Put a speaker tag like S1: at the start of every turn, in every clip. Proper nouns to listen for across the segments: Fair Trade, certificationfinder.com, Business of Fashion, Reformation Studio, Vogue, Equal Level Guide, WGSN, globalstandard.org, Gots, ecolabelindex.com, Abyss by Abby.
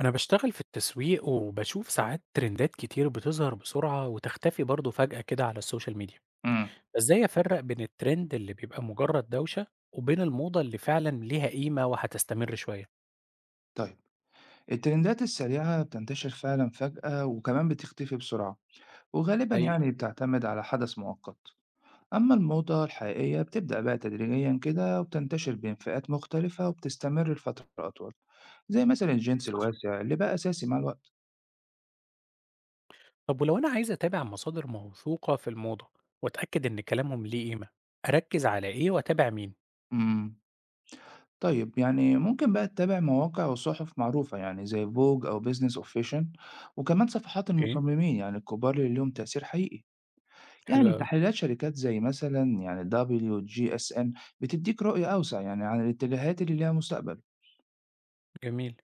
S1: أنا بشتغل في التسويق وبشوف ساعات ترندات كتير بتظهر بسرعة وتختفي برضه فجأة كده على السوشيال ميديا،
S2: إمم.
S1: إزاي أفرق بين الترند اللي بيبقى مجرد دوشة وبين الموضة اللي فعلا ليها قيمة وهتستمر شوية؟
S2: طيب، الترندات السريعة بتنتشر فعلًا فجأة وكمان بتختفي بسرعة، وغالبًا يعني
S1: حقيقي.
S2: بتعتمد على حدث مؤقت. أما الموضة الحقيقية بتبدأ بقى تدريجيًا كده وبتنتشر بين فئات مختلفة وبتستمر لفترة أطول، زي مثلًا الجنس
S1: صح.
S2: الواسع اللي بقى أساسي مع الوقت.
S1: طب ولو أنا عايز أتابع مصادر موثوقة في الموضة وأتأكد إن كلامهم ليه قيمة، أركز على إيه وأتابع مين؟
S2: إمم. طيب، يعني ممكن بقى تتابع مواقع وصحف معروفة يعني زي Vogue أو Business of Fashion وكمان صفحات
S1: إيه؟
S2: المصممين يعني الكبار اللي ليهم تأثير حقيقي.
S1: حلو
S2: يعني
S1: أوي.
S2: تحليلات شركات زي مثلا يعني WGSN بتديك رؤية أوسع يعني عن الاتجاهات اللي ليها مستقبل.
S1: جميل.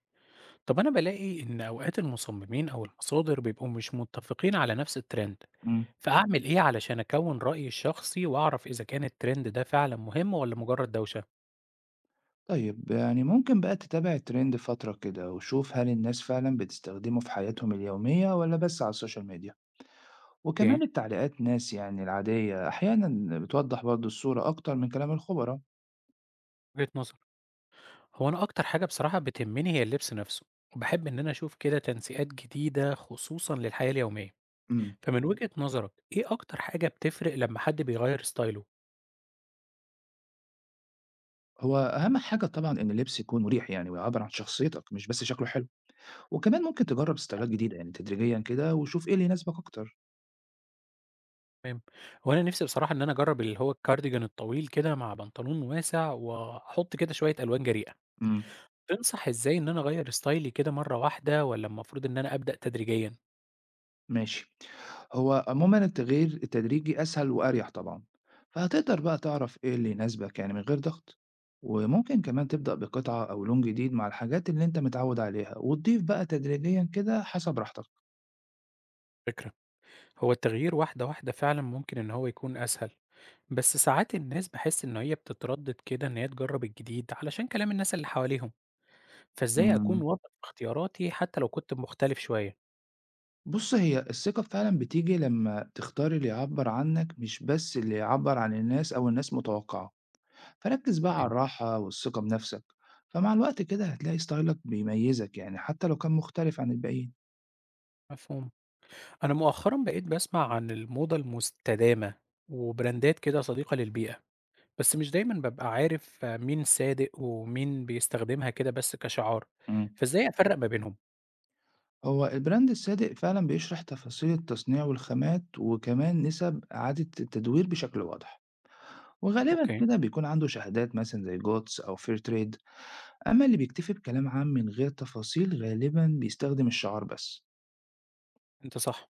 S1: طب أنا بلاقي إن أوقات المصممين أو المصادر بيبقوا مش متفقين على نفس الترند
S2: مم.
S1: فأعمل إيه علشان أكوّن رأيي الشخصي وأعرف إذا كان الtrend ده فعلًا مهم والّا مجرد دوشة؟
S2: طيب يعني ممكن بقى تتابع الترند فترة كده وشوف هل الناس فعلا بتستخدمه في حياتهم اليومية ولا بس على السوشيال ميديا
S1: أوكي.
S2: وكمان التعليقات ناس يعني العادية أحيانا بتوضح برضو الصورة أكتر من كلام الخبراء.
S1: وجهة نظر. هو أنا أكتر حاجة بصراحة بتهمني هي اللبس نفسه، وباحب إن أنا أشوف كده تنسيقات جديدة خصوصًا للحياة اليومية.
S2: مم.
S1: فمن وجهة نظرك إيه أكتر حاجة بتفرق لمّا حد بيغيّر ستايله؟
S2: هو أهم حاجة طبعا إن اللبس يكون مريح يعني ويعبر عن شخصيتك مش بس شكله حلو وكمان ممكن تجرب ستايلات جديدة يعني تدريجيا كده وشوف إيه اللي يناسبك أكتر.
S1: تمام. هو أنا نفسي بصراحة إن أنا أجرّب اللي هو الكارديجان الطويل كده مع بنطلون واسع وأحط كده شوية ألوان جريئة.
S2: مم.
S1: تنصح إزاي إن أنا أغيّر ستايلي كده مرّة واحدة والّا المفروض إن أنا أبدأ تدريجيًا؟
S2: ماشي. هو عمومًا التغيير التدريجي أسهل وأريح طبعًا، فهتقدر بقى تعرف إيه اللي يناسبك يعني من غير ضغط، وممكن كمان تبدأ بقطعة أو لون جديد مع الحاجات اللي أنت متعود عليها، وتضيف بقى تدريجيًا كده حسب راحتك.
S1: فكرة. هو التغيير واحدة واحدة فعلا ممكن إن هو يكون أسهل، بس ساعات الناس بحس إن هي بتتردد كده إن هي تجرب الجديد علشان كلام الناس اللي حواليهم، فإزاي أكون
S2: امم.
S1: واثق في اختياراتي حتى لو كنت مختلف شوية؟
S2: بُص هي الثقة فعلًا بتيجي لما تختار اللي يعبر عنك مش بس اللي يعبر عن الناس أو الناس متوقعة، فركز بقى على
S1: تمام.
S2: الراحة والثقة بنفسك، فمع الوقت كده هتلاقي ستايلك بيميزك يعني حتى لو كان مختلف عن الباقيين.
S1: مفهوم. أنا مؤخرا بقيت بسمع عن الموضة المستدامة وبراندات كده صديقة للبيئة، بس مش دايما ببقى عارف مين صادق ومين بيستخدمها كده بس كشعار،
S2: امم.
S1: فإزاي أفرق ما بينهم؟
S2: هو البراند الصادق فعلا بيشرح تفاصيل التصنيع والخامات وكمان نسب إعادة التدوير بشكل واضح وغالبا
S1: أوكي.
S2: كده بيكون عنده شهادات مثلا زي جوتس أو فير تريد. أما اللي بيكتفي بكلام عام من غير تفاصيل غالبا بيستخدم الشعار بس.
S1: أنت صح.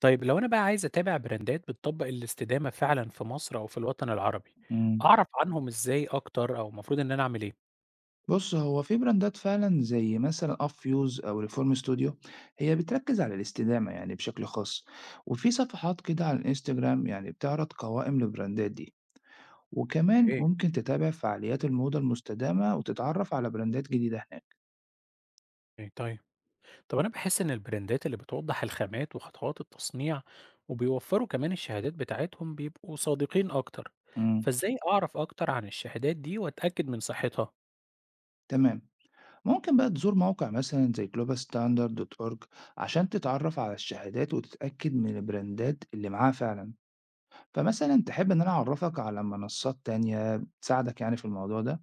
S1: طيب لو أنا بقى عايز أتابع براندات بتطبّق الاستدامة فعلًا في مصر أو في الوطن العربي،
S2: مم.
S1: أعرف عنهم إزاي أكتر أو المفروض إن أنا أعمل إيه؟
S2: بص هو في براندات فعلا زي مثلا اب فيوز او ريفورم ستوديو، هي بتركز على الاستدامه يعني بشكل خاص، وفي صفحات كده على الانستجرام يعني بتعرض قوائم للبراندات دي، وكمان
S1: إيه،
S2: ممكن تتابع فعاليات الموضة المستدامة وتتعرف على براندات جديدة هناك.
S1: إيه طيب. طب أنا باحس إن البراندات اللي بتوضّح الخامات وخطوات التصنيع وبيوفّروا كمان الشهادات بتاعتهم بيبقوا صادقين أكتر،
S2: مم.
S1: فإزاي أعرف أكتر عن الشهادات دي وأتأكد من صحتها؟
S2: تمام. ممكن بقى تزور موقع مثلا زي globalstandard.org عشان تتعرف على الشهادات وتتأكد من البراندات اللي معاها فعلا. فمثلا تحب ان انا اعرفك على منصات تانية تساعدك يعني في الموضوع ده؟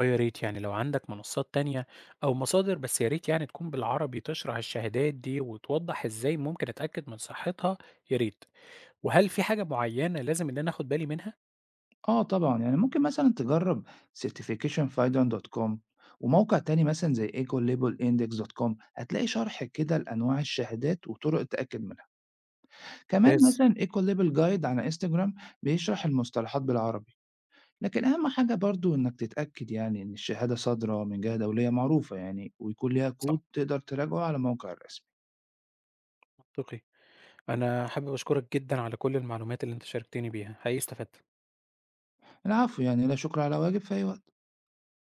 S1: آه يا ريت يعني لو عندك منصات تانية أو مصادر، بس يا ريت يعني تكون بالعربي تشرح الشهادات دي وتوضّح إزاي ممكن أتأكد من صحتها، يا ريت. وهل في حاجة معيّنة لازم إن أنا آخُد بالي منها؟
S2: اه طبعا، يعني ممكن مثلا تجرب certificationfinder.com وموقع تاني مثلا زي ecolabelindex.com هتلاقي شرح كده لأنواع الشهادات وطرق التأكد منها، كمان
S1: ممتاز،
S2: مثلًا equal level guide على إنستجرام بيشرح المصطلحات بالعربي، لكن أهم حاجة برضه إنك تتأكد يعني إن الشهادة صادرة من جهة دولية معروفة يعني، ويكون ليها
S1: صح.
S2: كود تقدر تراجعه على الموقع الرسمي.
S1: منطقي. أنا حابب أشكرك جدًا على كل المعلومات اللي أنت شاركتني بيها، حقيقي استفدت.
S2: العفو يعني، لا شكر على واجب، في أي وقت.